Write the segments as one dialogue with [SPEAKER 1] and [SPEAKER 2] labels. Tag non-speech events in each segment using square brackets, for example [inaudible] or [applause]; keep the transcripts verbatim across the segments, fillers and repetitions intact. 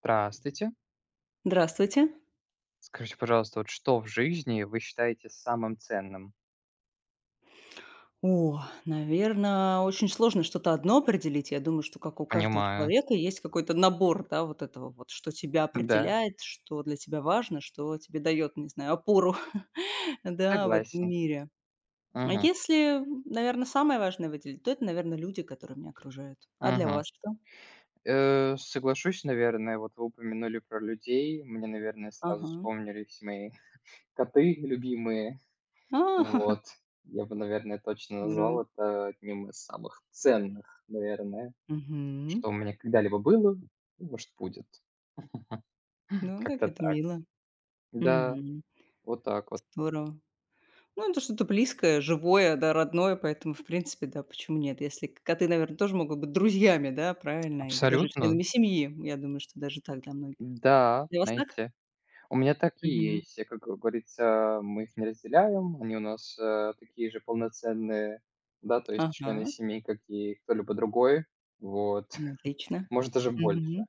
[SPEAKER 1] Здравствуйте.
[SPEAKER 2] Здравствуйте.
[SPEAKER 1] Скажите, пожалуйста, вот что в жизни вы считаете самым ценным?
[SPEAKER 2] О, наверное, очень сложно что-то одно определить. Я думаю, что как у каждого
[SPEAKER 1] Понимаю.
[SPEAKER 2] человека есть какой-то набор, да, вот этого вот, что тебя
[SPEAKER 1] Да,
[SPEAKER 2] определяет, что для тебя важно, что тебе дает, не знаю, опору, [laughs] да, в этом
[SPEAKER 1] согласен.
[SPEAKER 2] мире. А
[SPEAKER 1] Мгм,
[SPEAKER 2] если, наверное, самое важное выделить, то это, наверное, люди, которые меня окружают. А для
[SPEAKER 1] мгм.
[SPEAKER 2] вас что?
[SPEAKER 1] Э, соглашусь, наверное, вот вы упомянули про людей. Мне, наверное, сразу
[SPEAKER 2] Ага.
[SPEAKER 1] вспомнились мои [laughs] коты любимые.
[SPEAKER 2] А, [laughs]
[SPEAKER 1] Вот. Я бы, наверное, точно
[SPEAKER 2] здорово.
[SPEAKER 1] назвал это одним из самых ценных, наверное,
[SPEAKER 2] Мгм.
[SPEAKER 1] что у меня когда-либо было, и, может, будет.
[SPEAKER 2] Ну, так
[SPEAKER 1] Как-то
[SPEAKER 2] это
[SPEAKER 1] так.
[SPEAKER 2] мило.
[SPEAKER 1] Да,
[SPEAKER 2] Мгм.
[SPEAKER 1] вот так вот.
[SPEAKER 2] Здорово. Ну, это что-то близкое, живое, да, родное, поэтому, в принципе, да, почему нет? Если коты, наверное, тоже могут быть друзьями, да, правильно? Или даже
[SPEAKER 1] Абсолютно.
[SPEAKER 2] членами семьи. Я думаю, что даже так для многих.
[SPEAKER 1] Да,
[SPEAKER 2] Для вас так?
[SPEAKER 1] знаете. У меня так и
[SPEAKER 2] Мгм.
[SPEAKER 1] есть. Я, как говорится, мы их не разделяем. Они у нас, э, такие же полноценные, да, то есть члены
[SPEAKER 2] Ага,
[SPEAKER 1] семьи, как и кто-либо другой. Вот.
[SPEAKER 2] ну, отлично.
[SPEAKER 1] [laughs] Может, даже больше
[SPEAKER 2] Мгм.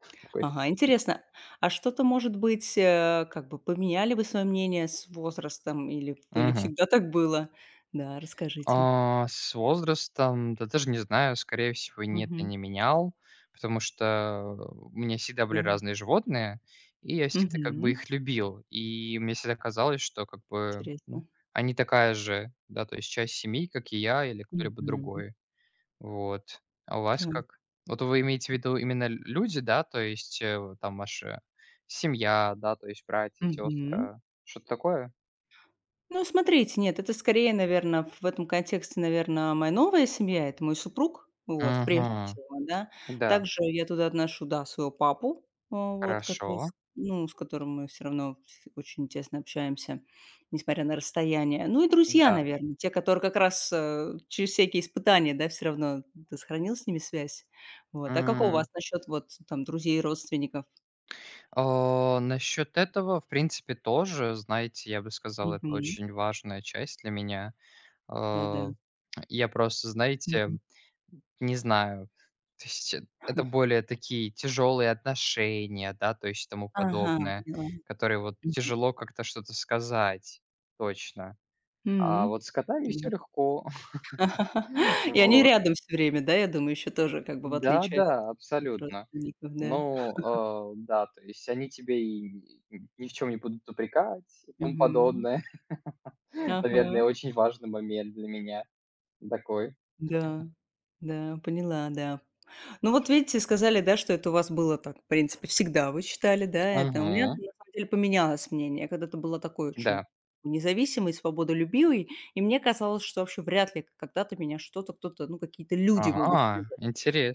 [SPEAKER 1] в какой-то
[SPEAKER 2] Ага,
[SPEAKER 1] степени.
[SPEAKER 2] интересно. А что-то, может быть, э, как бы поменяли вы свое мнение с возрастом или, или
[SPEAKER 1] Мгм.
[SPEAKER 2] всегда так было? Да, расскажите.
[SPEAKER 1] А, с возрастом, да даже не знаю, скорее всего, нет, я
[SPEAKER 2] Мгм.
[SPEAKER 1] не менял, потому что у меня всегда были
[SPEAKER 2] Да.
[SPEAKER 1] разные животные, и я всегда как бы
[SPEAKER 2] Мгм.
[SPEAKER 1] их любил. И мне всегда казалось, что как бы, ну,
[SPEAKER 2] Интересно.
[SPEAKER 1] они такая же, да, то есть часть семьи, как и я или кто-либо
[SPEAKER 2] Мгм.
[SPEAKER 1] другой. Вот. А у вас
[SPEAKER 2] Да.
[SPEAKER 1] как? Вот вы имеете в виду именно лю люди, да, то есть, э, в там ваша семья, да, то есть братья,
[SPEAKER 2] Мгм.
[SPEAKER 1] сестры, что-то такое?
[SPEAKER 2] Ну, смотрите, нет, это скорее, наверное, в этом контексте, наверное, моя новая семья, это мой супруг, вот, прежде
[SPEAKER 1] Мгм.
[SPEAKER 2] всего, да.
[SPEAKER 1] Да,
[SPEAKER 2] Также я туда отношу, да, своего папу, а, вот, который, с
[SPEAKER 1] хорошо.
[SPEAKER 2] ну, с которым мы все равно ф очень тесно общаемся, несмотря на расстояние. Ну и друзья,
[SPEAKER 1] Да.
[SPEAKER 2] наверное, те, которые как раз, э, через всякие испытания, да, все равно ты сохранил с ними связь. Вот. А как у вас
[SPEAKER 1] М,
[SPEAKER 2] насчет вот там друзей и родственников?
[SPEAKER 1] а, Насчет этого, в принципе, тоже, знаете, я бы сказал, это
[SPEAKER 2] Мгм.
[SPEAKER 1] очень важная часть для меня.
[SPEAKER 2] Да-да.
[SPEAKER 1] А, я просто, знаете.
[SPEAKER 2] Мгм.
[SPEAKER 1] Не знаю. То есть э, это
[SPEAKER 2] [laughs]
[SPEAKER 1] более такие тяжелые отношения, да, то есть тому
[SPEAKER 2] Ага,
[SPEAKER 1] подобное,
[SPEAKER 2] поняла.
[SPEAKER 1] которые вот тяжело как-то что-то сказать точно. А
[SPEAKER 2] М.
[SPEAKER 1] вот с котами
[SPEAKER 2] Да.
[SPEAKER 1] все легко.
[SPEAKER 2] [laughs]
[SPEAKER 1] [laughs]
[SPEAKER 2] И они
[SPEAKER 1] Вот.
[SPEAKER 2] рядом все время, да, я думаю, еще тоже как бы в отличие от
[SPEAKER 1] Да-да,
[SPEAKER 2] от
[SPEAKER 1] абсолютно.
[SPEAKER 2] родственников, да?
[SPEAKER 1] Ну, э, да, то есть они тебе и ни в чем не будут упрекать и тому
[SPEAKER 2] Мгм.
[SPEAKER 1] подобное. [laughs]
[SPEAKER 2] Ага.
[SPEAKER 1] Наверное, очень важный момент для меня такой.
[SPEAKER 2] Да. Да, поняла, да. Ну, вот видите, сказали, да, что это у вас было так, в принципе, всегда вы считали, да, это. У меня, на
[SPEAKER 1] Мгм.
[SPEAKER 2] самом деле, поменялось мнение. Я когда-то была такой очень
[SPEAKER 1] Да.
[SPEAKER 2] независимой, свободолюбивой, и мне казалось, что вообще вряд ли когда-то меня что-то, кто-то, ну, какие-то люди могут связать.
[SPEAKER 1] Ага,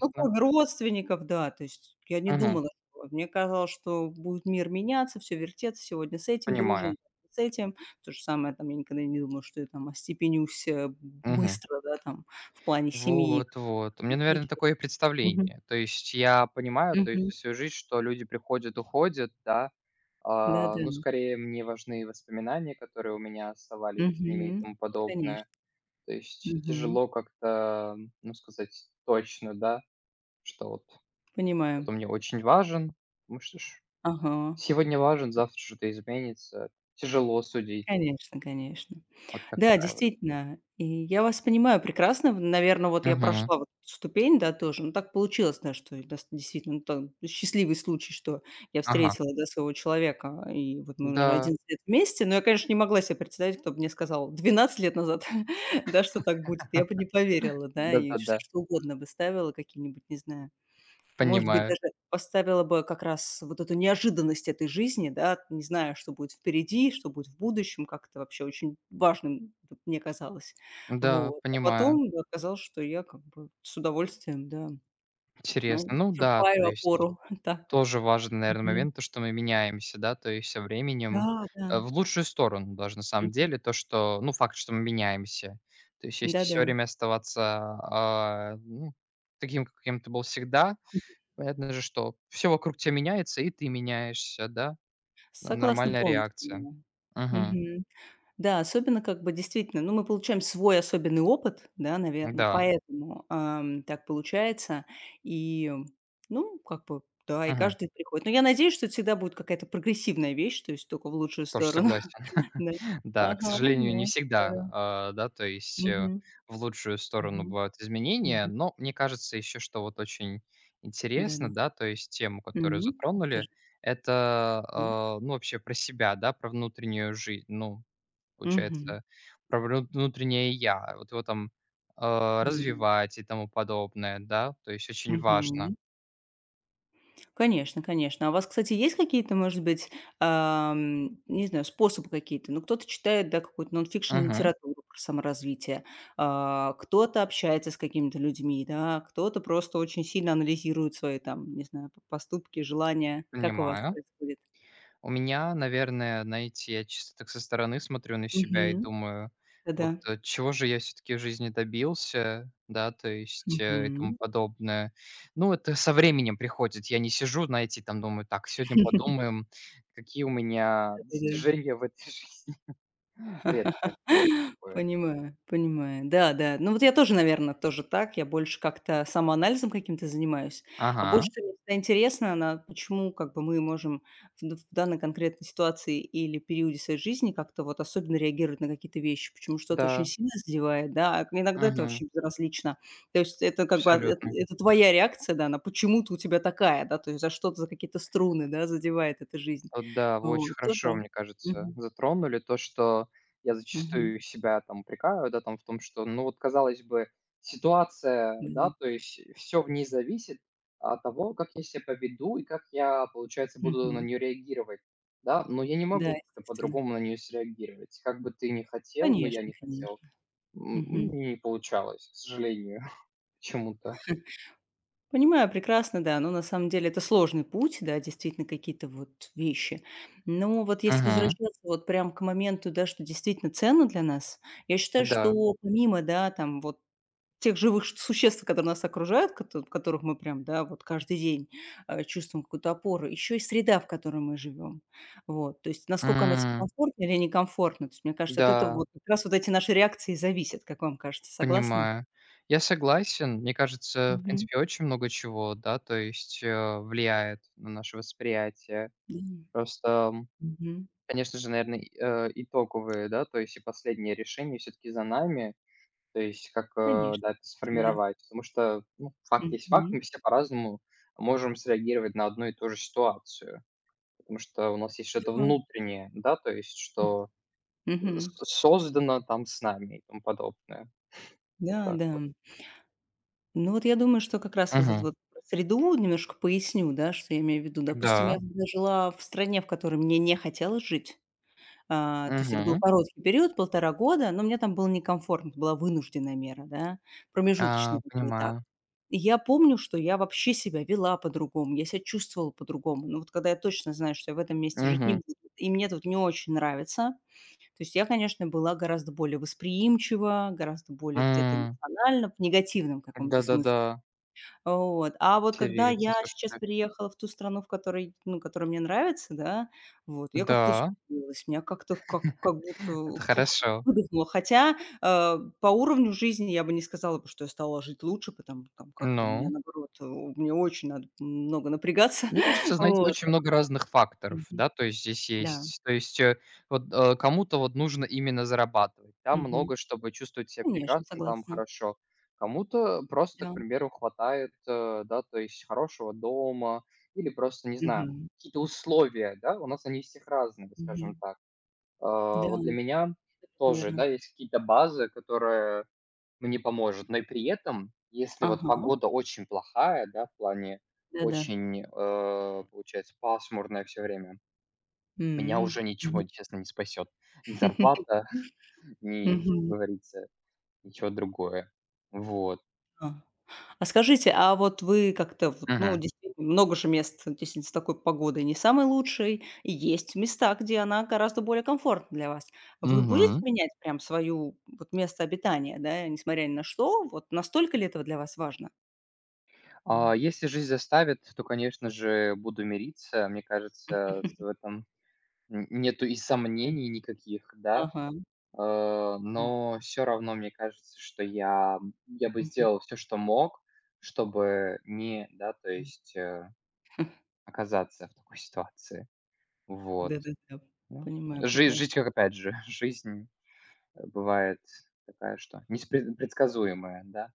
[SPEAKER 2] Ну, кроме родственников, да. То есть я не
[SPEAKER 1] Мгм.
[SPEAKER 2] думала, что а, мне казалось, что будет мир меняться, все вертеться, сегодня с этим
[SPEAKER 1] Понимаю.
[SPEAKER 2] дружим, с этим. То же самое там, я никогда не думала, что я там остепенюсь, э,
[SPEAKER 1] Мгм.
[SPEAKER 2] быстро, да, там в плане семьи.
[SPEAKER 1] Вот
[SPEAKER 2] Как-то
[SPEAKER 1] вот. У меня, наверно,
[SPEAKER 2] привычки.
[SPEAKER 1] такое
[SPEAKER 2] Мгм,
[SPEAKER 1] представление. То есть я понимаю, то есть
[SPEAKER 2] мгм.
[SPEAKER 1] за свою жизнь, что люди приходят, уходят, да. А,
[SPEAKER 2] Да-да.
[SPEAKER 1] ну, скорее мне важны воспоминания, которые у меня оставались с ними и
[SPEAKER 2] Мгм.
[SPEAKER 1] тому
[SPEAKER 2] Конечно.
[SPEAKER 1] подобное. То есть
[SPEAKER 2] Мгм.
[SPEAKER 1] тяжело как-то, ну, сказать точно, да, что вот
[SPEAKER 2] Понимаю.
[SPEAKER 1] кто-то мне очень важен. Ну что ж,
[SPEAKER 2] Ага.
[SPEAKER 1] сегодня важен, завтра что-то изменится. Тяжело судить.
[SPEAKER 2] Конечно, конечно.
[SPEAKER 1] Вот
[SPEAKER 2] Да,
[SPEAKER 1] такая вот.
[SPEAKER 2] действительно. И я вас понимаю прекрасно. Наверное, вот я
[SPEAKER 1] Мгм.
[SPEAKER 2] прошла вот эту ступень, да, тоже. Ну, так получилось, да, что это с- действительно ну, там счастливый случай, что я
[SPEAKER 1] Ага.
[SPEAKER 2] встретила, да, своего человека, и вот мы уже
[SPEAKER 1] Да.
[SPEAKER 2] одиннадцать лет вместе. Но я, конечно, не могла себе представить, кто бы мне сказал двенадцать лет назад, [laughs] да, что так будет. Я бы не поверила, да, и все
[SPEAKER 1] Да-да-да.
[SPEAKER 2] что угодно бы ставила, какие-нибудь, не знаю, а может быть,
[SPEAKER 1] Понимаю.
[SPEAKER 2] даже поставила бы как раз вот эту неожиданность этой жизни, да, не зная, что будет впереди, что будет в будущем, как-то вообще очень важным д- мне казалось.
[SPEAKER 1] Да,
[SPEAKER 2] Вот. А
[SPEAKER 1] понимаю.
[SPEAKER 2] потом да, оказалось, что я как бы с удовольствием, да, м,
[SPEAKER 1] Интересно. Ну да, то
[SPEAKER 2] черпаю
[SPEAKER 1] есть
[SPEAKER 2] опору. [laughs] Так.
[SPEAKER 1] тоже важный, наверное,
[SPEAKER 2] Мгм.
[SPEAKER 1] момент, то, что мы меняемся, да, то есть со
[SPEAKER 2] Да,
[SPEAKER 1] временем,
[SPEAKER 2] да.
[SPEAKER 1] э, в лучшую сторону даже на самом
[SPEAKER 2] Мгм.
[SPEAKER 1] деле, то, что, ну, факт, что мы меняемся. То есть если все
[SPEAKER 2] Да-да.
[SPEAKER 1] время оставаться, а, ну, таким, каким ты был всегда, понятно же, что все вокруг тебя меняется, и ты меняешься, да. Н
[SPEAKER 2] Согласна
[SPEAKER 1] нормальная
[SPEAKER 2] полностью,
[SPEAKER 1] реакция.
[SPEAKER 2] да.
[SPEAKER 1] Угу.
[SPEAKER 2] Мгм. Да, особенно как бы действительно, ну, мы получаем свой особенный опыт, да, наверное,
[SPEAKER 1] Да.
[SPEAKER 2] поэтому, ам, так получается. И, ну, как бы, да, и
[SPEAKER 1] Угу.
[SPEAKER 2] каждый приходит. Но я надеюсь, что это всегда будет какая-то прогрессивная вещь, то есть только в лучшую
[SPEAKER 1] Тоже
[SPEAKER 2] сторону.
[SPEAKER 1] согласен.
[SPEAKER 2] [laughs] Да.
[SPEAKER 1] Да, к
[SPEAKER 2] Ага,
[SPEAKER 1] сожалению,
[SPEAKER 2] да,
[SPEAKER 1] не всегда,
[SPEAKER 2] здорово.
[SPEAKER 1] а, да, то есть,
[SPEAKER 2] Мгм.
[SPEAKER 1] э, в лучшую сторону
[SPEAKER 2] Мгм.
[SPEAKER 1] бывают изменения,
[SPEAKER 2] Мгм.
[SPEAKER 1] но мне кажется еще, что вот очень
[SPEAKER 2] Да-да.
[SPEAKER 1] интересно, да, то есть тему, которую
[SPEAKER 2] Мгм.
[SPEAKER 1] затронули,
[SPEAKER 2] Расскажи.
[SPEAKER 1] это,
[SPEAKER 2] Мгм.
[SPEAKER 1] а, ну, вообще про себя, да, про внутреннюю жизнь, ну, получается, про вру внутреннее я, вот его там, а,
[SPEAKER 2] Да-да.
[SPEAKER 1] развивать и тому подобное, да, то есть очень важно.
[SPEAKER 2] Мгм. Конечно, конечно. А у вас, кстати, есть какие-то, может быть, ам, не знаю, способы какие-то? Ну, кто-то читает, да, какую-то нонфикшн
[SPEAKER 1] Мгм.
[SPEAKER 2] литературу про саморазвитие, а, кто-то общается с какими-то людьми, да, кто-то просто очень сильно анализирует свои там, не знаю, п- поступки, желания. Как у вас
[SPEAKER 1] Понимаю.
[SPEAKER 2] происходит?
[SPEAKER 1] У меня, наверное, знаете, я чисто так со стороны смотрю на себя и
[SPEAKER 2] Мгм.
[SPEAKER 1] думаю, вот
[SPEAKER 2] Да-да.
[SPEAKER 1] э, чего же я все-таки в жизни добился, да, то есть э, и тому
[SPEAKER 2] Мгм.
[SPEAKER 1] подобное. Ну, это со временем приходит. Я не сижу, знаете, и там думаю, так, сегодня
[SPEAKER 2] [laughs]
[SPEAKER 1] подумаем, какие у меня
[SPEAKER 2] Да-да-да.
[SPEAKER 1] достижения в этой [laughs] жизни. Редко, редко
[SPEAKER 2] [laughs]
[SPEAKER 1] такое.
[SPEAKER 2] Понимаю, понимаю. Да, да. Ну, вот я тоже, наверное, тоже так. Я больше как-то самоанализом каким-то занимаюсь. А
[SPEAKER 1] Ага,
[SPEAKER 2] больше всего мне всегда интересно, на почему как бы мы можем в д в данной конкретной ситуации или периоде своей жизни как-то вот особенно реагировать на какие-то вещи, почему что-то очень
[SPEAKER 1] да,
[SPEAKER 2] сильно задевает, да, а иногда это
[SPEAKER 1] мгм,
[SPEAKER 2] вообще безразлично. То есть это как бы от эт
[SPEAKER 1] абсолютно.
[SPEAKER 2] это твоя реакция, да, она почему-то у тебя такая, да, то есть за что-то, за какие-то струны, да, задевает эта жизнь.
[SPEAKER 1] Вот да, вы
[SPEAKER 2] Вот,
[SPEAKER 1] очень
[SPEAKER 2] тоже.
[SPEAKER 1] хорошо, мне кажется,
[SPEAKER 2] Мгм,
[SPEAKER 1] затронули то, что я
[SPEAKER 2] мгм.
[SPEAKER 1] зачастую себя там упрекаю, да, там в том, что, ну вот, казалось бы, ситуация,
[SPEAKER 2] Да-да.
[SPEAKER 1] да, то есть все в ней зависит от того, как я себя поведу и как я, получается, буду на
[SPEAKER 2] Мгм.
[SPEAKER 1] нее реагировать, да, но я не
[SPEAKER 2] Да,
[SPEAKER 1] могу как-то
[SPEAKER 2] естественно.
[SPEAKER 1] по-другому на нее среагировать. Как бы ты ни хотел, но я
[SPEAKER 2] Конечно,
[SPEAKER 1] не хотел.
[SPEAKER 2] конечно.
[SPEAKER 1] М,
[SPEAKER 2] Мгм.
[SPEAKER 1] Не получалось, к сожалению, [laughs] почему-то.
[SPEAKER 2] [laughs] Понимаю прекрасно, да, но на самом деле это сложный путь, да, действительно какие-то вот вещи. Но вот если
[SPEAKER 1] Мгм.
[SPEAKER 2] возвращаться вот прям к моменту, да, что действительно ценно для нас, я считаю,
[SPEAKER 1] Да.
[SPEAKER 2] что помимо, да, там вот тех живых ш существ, которые нас окружают, кото которых мы прям, да, вот каждый день, э, чувствуем какую-то опору, еще и среда, в которой мы живем. Вот, то есть насколько она те
[SPEAKER 1] М,
[SPEAKER 2] комфортна или некомфортна. То есть мне кажется, от этого
[SPEAKER 1] Да.
[SPEAKER 2] вот как раз вот эти наши реакции и зависят, как вам кажется, согласны?
[SPEAKER 1] Понимаю. Я согласен. Мне кажется, в
[SPEAKER 2] Мгм.
[SPEAKER 1] принципе, очень много чего, да, то есть, э, влияет на наше восприятие.
[SPEAKER 2] Да.
[SPEAKER 1] Просто, м,
[SPEAKER 2] Мгм.
[SPEAKER 1] конечно же, наверное, э, итоговые, да, то есть и последнее решение все таки за нами. То есть как, э,
[SPEAKER 2] Конечно.
[SPEAKER 1] да, это
[SPEAKER 2] Всегда.
[SPEAKER 1] сформировать. Потому что, ну, факт есть факт,
[SPEAKER 2] Мгм.
[SPEAKER 1] мы все по-разному можем среагировать на одну и ту же ситуацию. Потому что у нас есть что-то
[SPEAKER 2] Да.
[SPEAKER 1] внутреннее, да, то есть что, э, с
[SPEAKER 2] Мгм.
[SPEAKER 1] создано там с нами и тому подобное. Вот
[SPEAKER 2] Да,
[SPEAKER 1] так
[SPEAKER 2] да.
[SPEAKER 1] вот.
[SPEAKER 2] Ну, вот я думаю, что как раз вот эту
[SPEAKER 1] Мгм.
[SPEAKER 2] вот среду немножко поясню, да, что я имею в виду. Допустим, я
[SPEAKER 1] Да.
[SPEAKER 2] когда жила в стране, в которой мне не хотелось жить, А, то есть это был
[SPEAKER 1] Мгм.
[SPEAKER 2] короткий период, полтора года, но мне там было некомфортно, это была вынужденная мера, да, промежуточный
[SPEAKER 1] А,
[SPEAKER 2] такой этап.
[SPEAKER 1] понимаю.
[SPEAKER 2] И я помню, что я вообще себя вела по-другому, я себя чувствовала по-другому. Но вот когда я точно знаю, что я в этом месте жить не
[SPEAKER 1] Мгм.
[SPEAKER 2] буду, и мне тут не очень нравится, то есть я, конечно, была гораздо более восприимчива, гораздо более где-то
[SPEAKER 1] М.
[SPEAKER 2] эмоциональна, в негативном каком-то
[SPEAKER 1] Да-да-да.
[SPEAKER 2] смысле. Вот. А вот когда
[SPEAKER 1] Интересно,
[SPEAKER 2] я сейчас
[SPEAKER 1] слушайте.
[SPEAKER 2] переехала в ту страну, в которой, ну, которая мне нравится, да, вот, я как-то
[SPEAKER 1] Да,
[SPEAKER 2] успокоилась, меня как-то как как будто,
[SPEAKER 1] это
[SPEAKER 2] фух,
[SPEAKER 1] хорошо.
[SPEAKER 2] выдохнуло. Хотя, э, по уровню жизни я бы не сказала бы, что я стала жить лучше, потому там как-то у меня,
[SPEAKER 1] Ну,
[SPEAKER 2] наоборот, э, мне очень надо много напрягаться.
[SPEAKER 1] мне кажется,
[SPEAKER 2] [laughs]
[SPEAKER 1] знаете,
[SPEAKER 2] Вот.
[SPEAKER 1] очень
[SPEAKER 2] Но
[SPEAKER 1] много
[SPEAKER 2] как
[SPEAKER 1] разных факторов,
[SPEAKER 2] Мгм.
[SPEAKER 1] да, то есть здесь
[SPEAKER 2] Да.
[SPEAKER 1] есть. То есть, э, вот, э, кому-то вот нужно именно зарабатывать, да,
[SPEAKER 2] Мгм.
[SPEAKER 1] много, чтобы чувствовать себя
[SPEAKER 2] Конечно,
[SPEAKER 1] прекрасно, там
[SPEAKER 2] согласна.
[SPEAKER 1] хорошо. Кому-то просто, к
[SPEAKER 2] Да.
[SPEAKER 1] примеру, хватает, э, да, то есть хорошего дома или просто, не знаю,
[SPEAKER 2] Мгм.
[SPEAKER 1] какие-то условия, да, у нас они у всех разные,
[SPEAKER 2] Мгм.
[SPEAKER 1] скажем так. А,
[SPEAKER 2] Да,
[SPEAKER 1] вот для меня тоже,
[SPEAKER 2] наверное.
[SPEAKER 1] да, есть какие-то базы, которые мне поможет. Но и при этом, если вот
[SPEAKER 2] Ага.
[SPEAKER 1] погода очень плохая, да, в плане
[SPEAKER 2] Да-да.
[SPEAKER 1] очень, э, получается, пасмурная все время, меня
[SPEAKER 2] М.
[SPEAKER 1] уже ничего,
[SPEAKER 2] Мгм.
[SPEAKER 1] честно, не спасет. Ни зарплата,
[SPEAKER 2] [laughs]
[SPEAKER 1] [laughs] ни, как
[SPEAKER 2] Мгм.
[SPEAKER 1] говорится, ничего другое. Вот.
[SPEAKER 2] А. А скажите, а вот вы как-то вот, ну,
[SPEAKER 1] Мгм.
[SPEAKER 2] действительно, много же мест, э, действительно, с такой погодой не самой лучшей, и есть места, где она гораздо более комфортна для вас. Вы будете
[SPEAKER 1] Мгм.
[SPEAKER 2] менять прям свою вот место обитания, да, несмотря ни на что? Вот настолько ли этого для вас важно?
[SPEAKER 1] А,
[SPEAKER 2] М.
[SPEAKER 1] если жизнь заставит, то, конечно же, буду мириться. Мне кажется, с в
[SPEAKER 2] [laughs]
[SPEAKER 1] этом н нету и
[SPEAKER 2] Да.
[SPEAKER 1] сомнений никаких, да.
[SPEAKER 2] Ага,
[SPEAKER 1] Э,
[SPEAKER 2] да.
[SPEAKER 1] но все равно мне кажется, что я я бы
[SPEAKER 2] Мгм.
[SPEAKER 1] сделал все, что мог, чтобы не, да, то есть, э, оказаться в такой ситуации. Вот.
[SPEAKER 2] Да-да-да,
[SPEAKER 1] Ну,
[SPEAKER 2] понимаю
[SPEAKER 1] жи
[SPEAKER 2] прекрасно.
[SPEAKER 1] жить, как опять же, [laughs] жизнь, э, бывает такая, что неспред предсказуемая, да.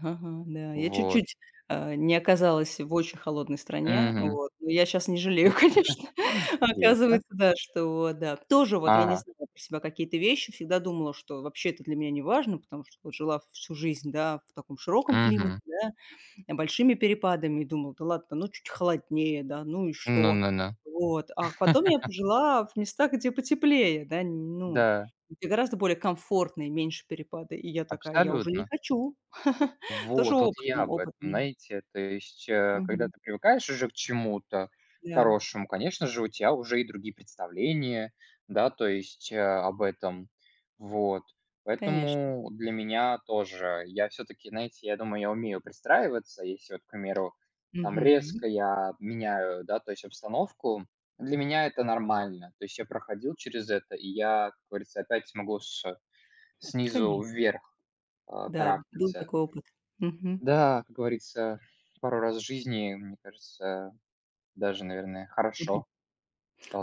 [SPEAKER 2] Ага, да. Я
[SPEAKER 1] Вот.
[SPEAKER 2] чуть-чуть, а, не оказалась в очень холодной стране,
[SPEAKER 1] Мгм.
[SPEAKER 2] вот, но я сейчас не жалею, [laughs] конечно.
[SPEAKER 1] Интересно.
[SPEAKER 2] Оказывается, да, что да. Тоже вот я не
[SPEAKER 1] Ага.
[SPEAKER 2] знала про себя какие-то вещи, всегда думала, что вообще это для меня не важно, потому что вот жила всю жизнь, да, в таком широком климате,
[SPEAKER 1] Мгм.
[SPEAKER 2] да большими перепадами и думала: "Да ладно, ну чуть холоднее, да, ну и
[SPEAKER 1] Ну
[SPEAKER 2] что?"
[SPEAKER 1] ну ну.
[SPEAKER 2] Вот. А потом я пожила в местах, где потеплее, да, ну,
[SPEAKER 1] Да,
[SPEAKER 2] где гораздо более комфортные меньше перепады. И я такая: "Я уже не
[SPEAKER 1] абсолютно.
[SPEAKER 2] хочу". [laughs] Тоже
[SPEAKER 1] Вот. Вот я
[SPEAKER 2] опытом
[SPEAKER 1] об этом,
[SPEAKER 2] опытом.
[SPEAKER 1] знаете. То есть, э, когда
[SPEAKER 2] Мгм.
[SPEAKER 1] ты привыкаешь уже к чему-то
[SPEAKER 2] Да,
[SPEAKER 1] хорошему, конечно же, у тебя уже и другие представления, да, то есть, э, об этом. Вот.
[SPEAKER 2] конечно.
[SPEAKER 1] Поэтому для меня тоже я все таки знаете, я думаю, я умею пристраиваться. Если вот, к примеру, там
[SPEAKER 2] Мгм.
[SPEAKER 1] резко я меняю, да, то есть обстановку, для меня это нормально. То есть я проходил через это, и я, как говорится, опять смогу с снизу
[SPEAKER 2] Конеч
[SPEAKER 1] вверх, а,
[SPEAKER 2] Да, был
[SPEAKER 1] карабкаться.
[SPEAKER 2] такой опыт. Мгм.
[SPEAKER 1] Да, как говорится, пару раз в жизни, мне кажется, даже, наверное,
[SPEAKER 2] Мгм.
[SPEAKER 1] хорошо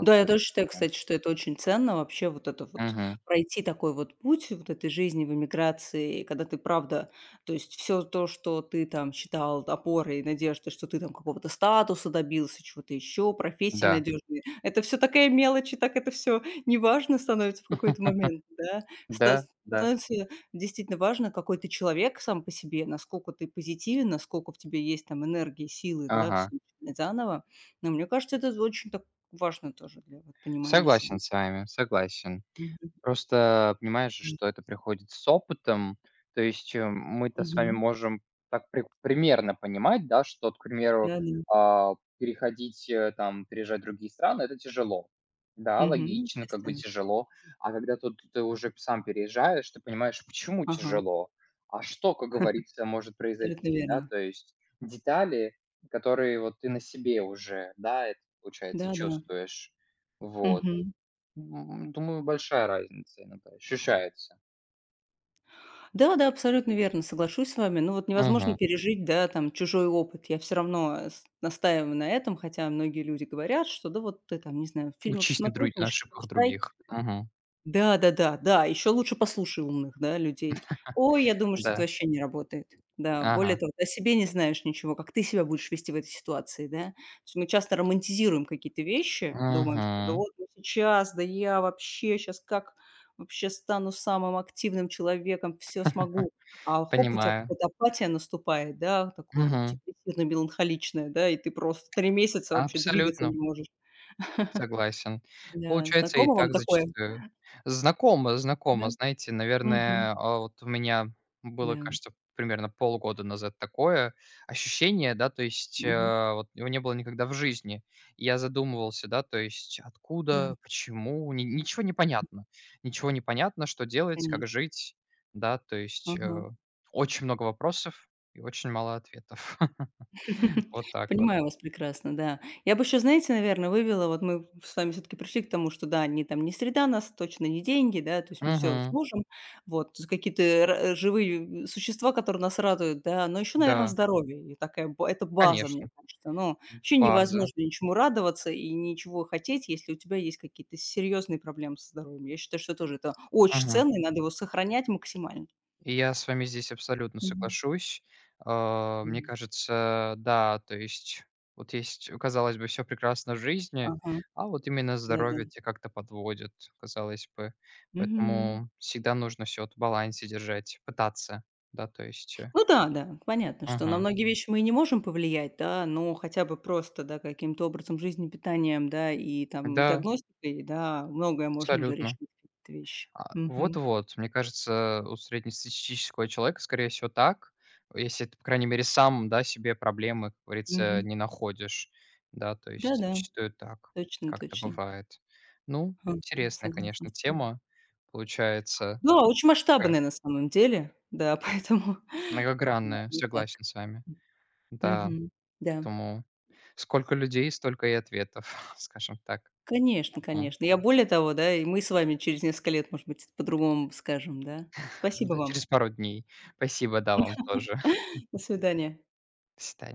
[SPEAKER 2] Да, я тоже считаю,
[SPEAKER 1] с этим.
[SPEAKER 2] кстати, что это очень ценно вообще вот это вот
[SPEAKER 1] Мгм.
[SPEAKER 2] пройти такой вот путь вот этой жизни в эмиграции, когда ты правда, то есть все то, что ты там считал опорой и надеждой, что ты там какого-то статуса добился, чего-то еще, профессии
[SPEAKER 1] Да.
[SPEAKER 2] надежной, это все такая мелочь, и так это все неважно становится в какой-то
[SPEAKER 1] [laughs]
[SPEAKER 2] момент, да. Ста
[SPEAKER 1] Да, да.
[SPEAKER 2] становится действительно важно, какой ты человек сам по себе, насколько ты позитивен, насколько в тебе есть там энергии, силы, да,
[SPEAKER 1] Ага.
[SPEAKER 2] все заново. Но мне кажется, это очень так важно тоже для вот понимания себя.
[SPEAKER 1] Согласен с вами, согласен.
[SPEAKER 2] Мгм,
[SPEAKER 1] Просто понимаешь же,
[SPEAKER 2] м.
[SPEAKER 1] что это приходит с опытом. То есть, э, мы-то с вами
[SPEAKER 2] Мгм.
[SPEAKER 1] можем так при примерно понимать, да, что, к примеру,
[SPEAKER 2] Да-да.
[SPEAKER 1] а, переходить, э, там, переезжать в другие страны - это тяжело. Да,
[SPEAKER 2] Мгм.
[SPEAKER 1] логично, как бы
[SPEAKER 2] Естественно.
[SPEAKER 1] тяжело. А когда тут ты уже сам переезжаешь, ты понимаешь, почему
[SPEAKER 2] Ага,
[SPEAKER 1] тяжело, а что, как говорится, может
[SPEAKER 2] абсолютно
[SPEAKER 1] произойти, да.
[SPEAKER 2] верно.
[SPEAKER 1] То есть детали, которые вот ты на себе уже, да, это, получается,
[SPEAKER 2] Да-да.
[SPEAKER 1] чувствуешь. Вот.
[SPEAKER 2] Мгм.
[SPEAKER 1] М, думаю, большая разница иногда ощущается.
[SPEAKER 2] Да-да, абсолютно верно, соглашусь с вами. Ну вот невозможно
[SPEAKER 1] Мгм.
[SPEAKER 2] пережить, да, там чужой опыт. Я все равно, э, с настаиваю на этом, хотя многие люди говорят, что да вот ты там, не знаю, фильмы
[SPEAKER 1] Учись на дру
[SPEAKER 2] посмотри,
[SPEAKER 1] на
[SPEAKER 2] книжки
[SPEAKER 1] ошибках
[SPEAKER 2] почитай.
[SPEAKER 1] других. Мгм.
[SPEAKER 2] Да-да-да, да, да, да. Еще лучше послушай умных, да, людей. Ой, я думаю, что это
[SPEAKER 1] Да.
[SPEAKER 2] вообще не работает. Да, более
[SPEAKER 1] Ага.
[SPEAKER 2] того, ты о себе не знаешь ничего, как ты себя будешь вести в этой ситуации, да. То есть мы часто романтизируем какие-то вещи, думаем, что да
[SPEAKER 1] Мгм.
[SPEAKER 2] вот я сейчас, да я вообще сейчас как вообще стану самым активным человеком, все
[SPEAKER 1] [laughs]
[SPEAKER 2] смогу. А хоп, у тебя
[SPEAKER 1] Понимаю.
[SPEAKER 2] какая-то апатия наступает, да, такой вот
[SPEAKER 1] Мгм.
[SPEAKER 2] депрессивно-меланхоличная, да, и ты просто три месяца вообще двигаться не
[SPEAKER 1] Абсолютно.
[SPEAKER 2] можешь.
[SPEAKER 1] Согласен.
[SPEAKER 2] Да,
[SPEAKER 1] Получается и
[SPEAKER 2] знакомо вам
[SPEAKER 1] так
[SPEAKER 2] такое?
[SPEAKER 1] зачастую. Знакомо,
[SPEAKER 2] Да?
[SPEAKER 1] знакомо. Знаете,
[SPEAKER 2] Мгм.
[SPEAKER 1] наверное, а, вот у меня было,
[SPEAKER 2] Да.
[SPEAKER 1] кажется, примерно полгода назад такое ощущение, да, то есть,
[SPEAKER 2] Мгм.
[SPEAKER 1] э, вот его не было никогда в жизни. Я задумывался, да, то есть
[SPEAKER 2] Да,
[SPEAKER 1] откуда, почему, ни ничего не понятно. Ничего не понятно, что делать, как
[SPEAKER 2] конечно.
[SPEAKER 1] жить, да, то есть, э,
[SPEAKER 2] Ага.
[SPEAKER 1] очень много вопросов и очень мало ответов. [laughs]
[SPEAKER 2] [laughs]
[SPEAKER 1] Вот так вот.
[SPEAKER 2] Понимаю вас прекрасно, да. Я бы еще, знаете, наверное, вывела, вот мы с вами все-таки пришли к тому, что да, не там не среда нас, точно не деньги, да, то есть мы все
[SPEAKER 1] Мгм.
[SPEAKER 2] сможем, вот, то есть какие-то ра- э, живые существа, которые нас радуют, да, но еще, наверное,
[SPEAKER 1] Да,
[SPEAKER 2] здоровье, и такая, ба- это база, мне
[SPEAKER 1] конечно.
[SPEAKER 2] кажется, ну, вообще
[SPEAKER 1] База.
[SPEAKER 2] невозможно ничему радоваться и ничего хотеть, если у тебя есть какие-то серьезные проблемы со здоровьем. Я считаю, что тоже это очень
[SPEAKER 1] Мгм.
[SPEAKER 2] ценно, и надо его сохранять максимально.
[SPEAKER 1] И Я с вами здесь абсолютно
[SPEAKER 2] Мгм.
[SPEAKER 1] соглашусь. А, мне
[SPEAKER 2] Мгм.
[SPEAKER 1] кажется, да, то есть вот есть, казалось бы, все прекрасно в жизни,
[SPEAKER 2] Ага,
[SPEAKER 1] а вот именно
[SPEAKER 2] да-да.
[SPEAKER 1] здоровье тя как-то подводит, казалось бы.
[SPEAKER 2] Мгм.
[SPEAKER 1] Поэтому всегда нужно все вот в балансе держать, пытаться, да, то есть, э.
[SPEAKER 2] Ну да, да, понятно, что на
[SPEAKER 1] Мгм.
[SPEAKER 2] многие вещи мы и не можем повлиять, да, но хотя бы просто, да, каким-то образом жизни, питанием, да, и там
[SPEAKER 1] Да,
[SPEAKER 2] диагностикой, да, многое можно уже
[SPEAKER 1] абсолютно.
[SPEAKER 2] решить, какие-то вещи.
[SPEAKER 1] А,
[SPEAKER 2] Мгм.
[SPEAKER 1] вот-вот, мне кажется, у среднестатистического человека, скорее всего, так. Если ты, по крайней мере, сам, да, себе проблемы, как говорится,
[SPEAKER 2] Мгм.
[SPEAKER 1] не находишь. Да, то есть
[SPEAKER 2] Да-да,
[SPEAKER 1] зачастую так
[SPEAKER 2] точно
[SPEAKER 1] как-то
[SPEAKER 2] точно.
[SPEAKER 1] бывает. Ну,
[SPEAKER 2] Ага,
[SPEAKER 1] интересная,
[SPEAKER 2] согласна
[SPEAKER 1] конечно,
[SPEAKER 2] с вами.
[SPEAKER 1] тема получается,
[SPEAKER 2] Да, очень
[SPEAKER 1] такая
[SPEAKER 2] масштабное на самом деле, да, поэтому [laughs] да,
[SPEAKER 1] многогранная,
[SPEAKER 2] не так.
[SPEAKER 1] согласен с вами. Да,
[SPEAKER 2] Мгм. Да,
[SPEAKER 1] поэтому сколько людей, столько и ответов, [laughs] скажем так.
[SPEAKER 2] конечно
[SPEAKER 1] Мгм.
[SPEAKER 2] конечно. Я более того, да, и мы с вами через несколько лет, может быть, по-другому скажем, да. Спасибо
[SPEAKER 1] Да,
[SPEAKER 2] вам.
[SPEAKER 1] через пару дней. Спасибо, да, вам тоже. [laughs]
[SPEAKER 2] До свидания.
[SPEAKER 1] До свидания.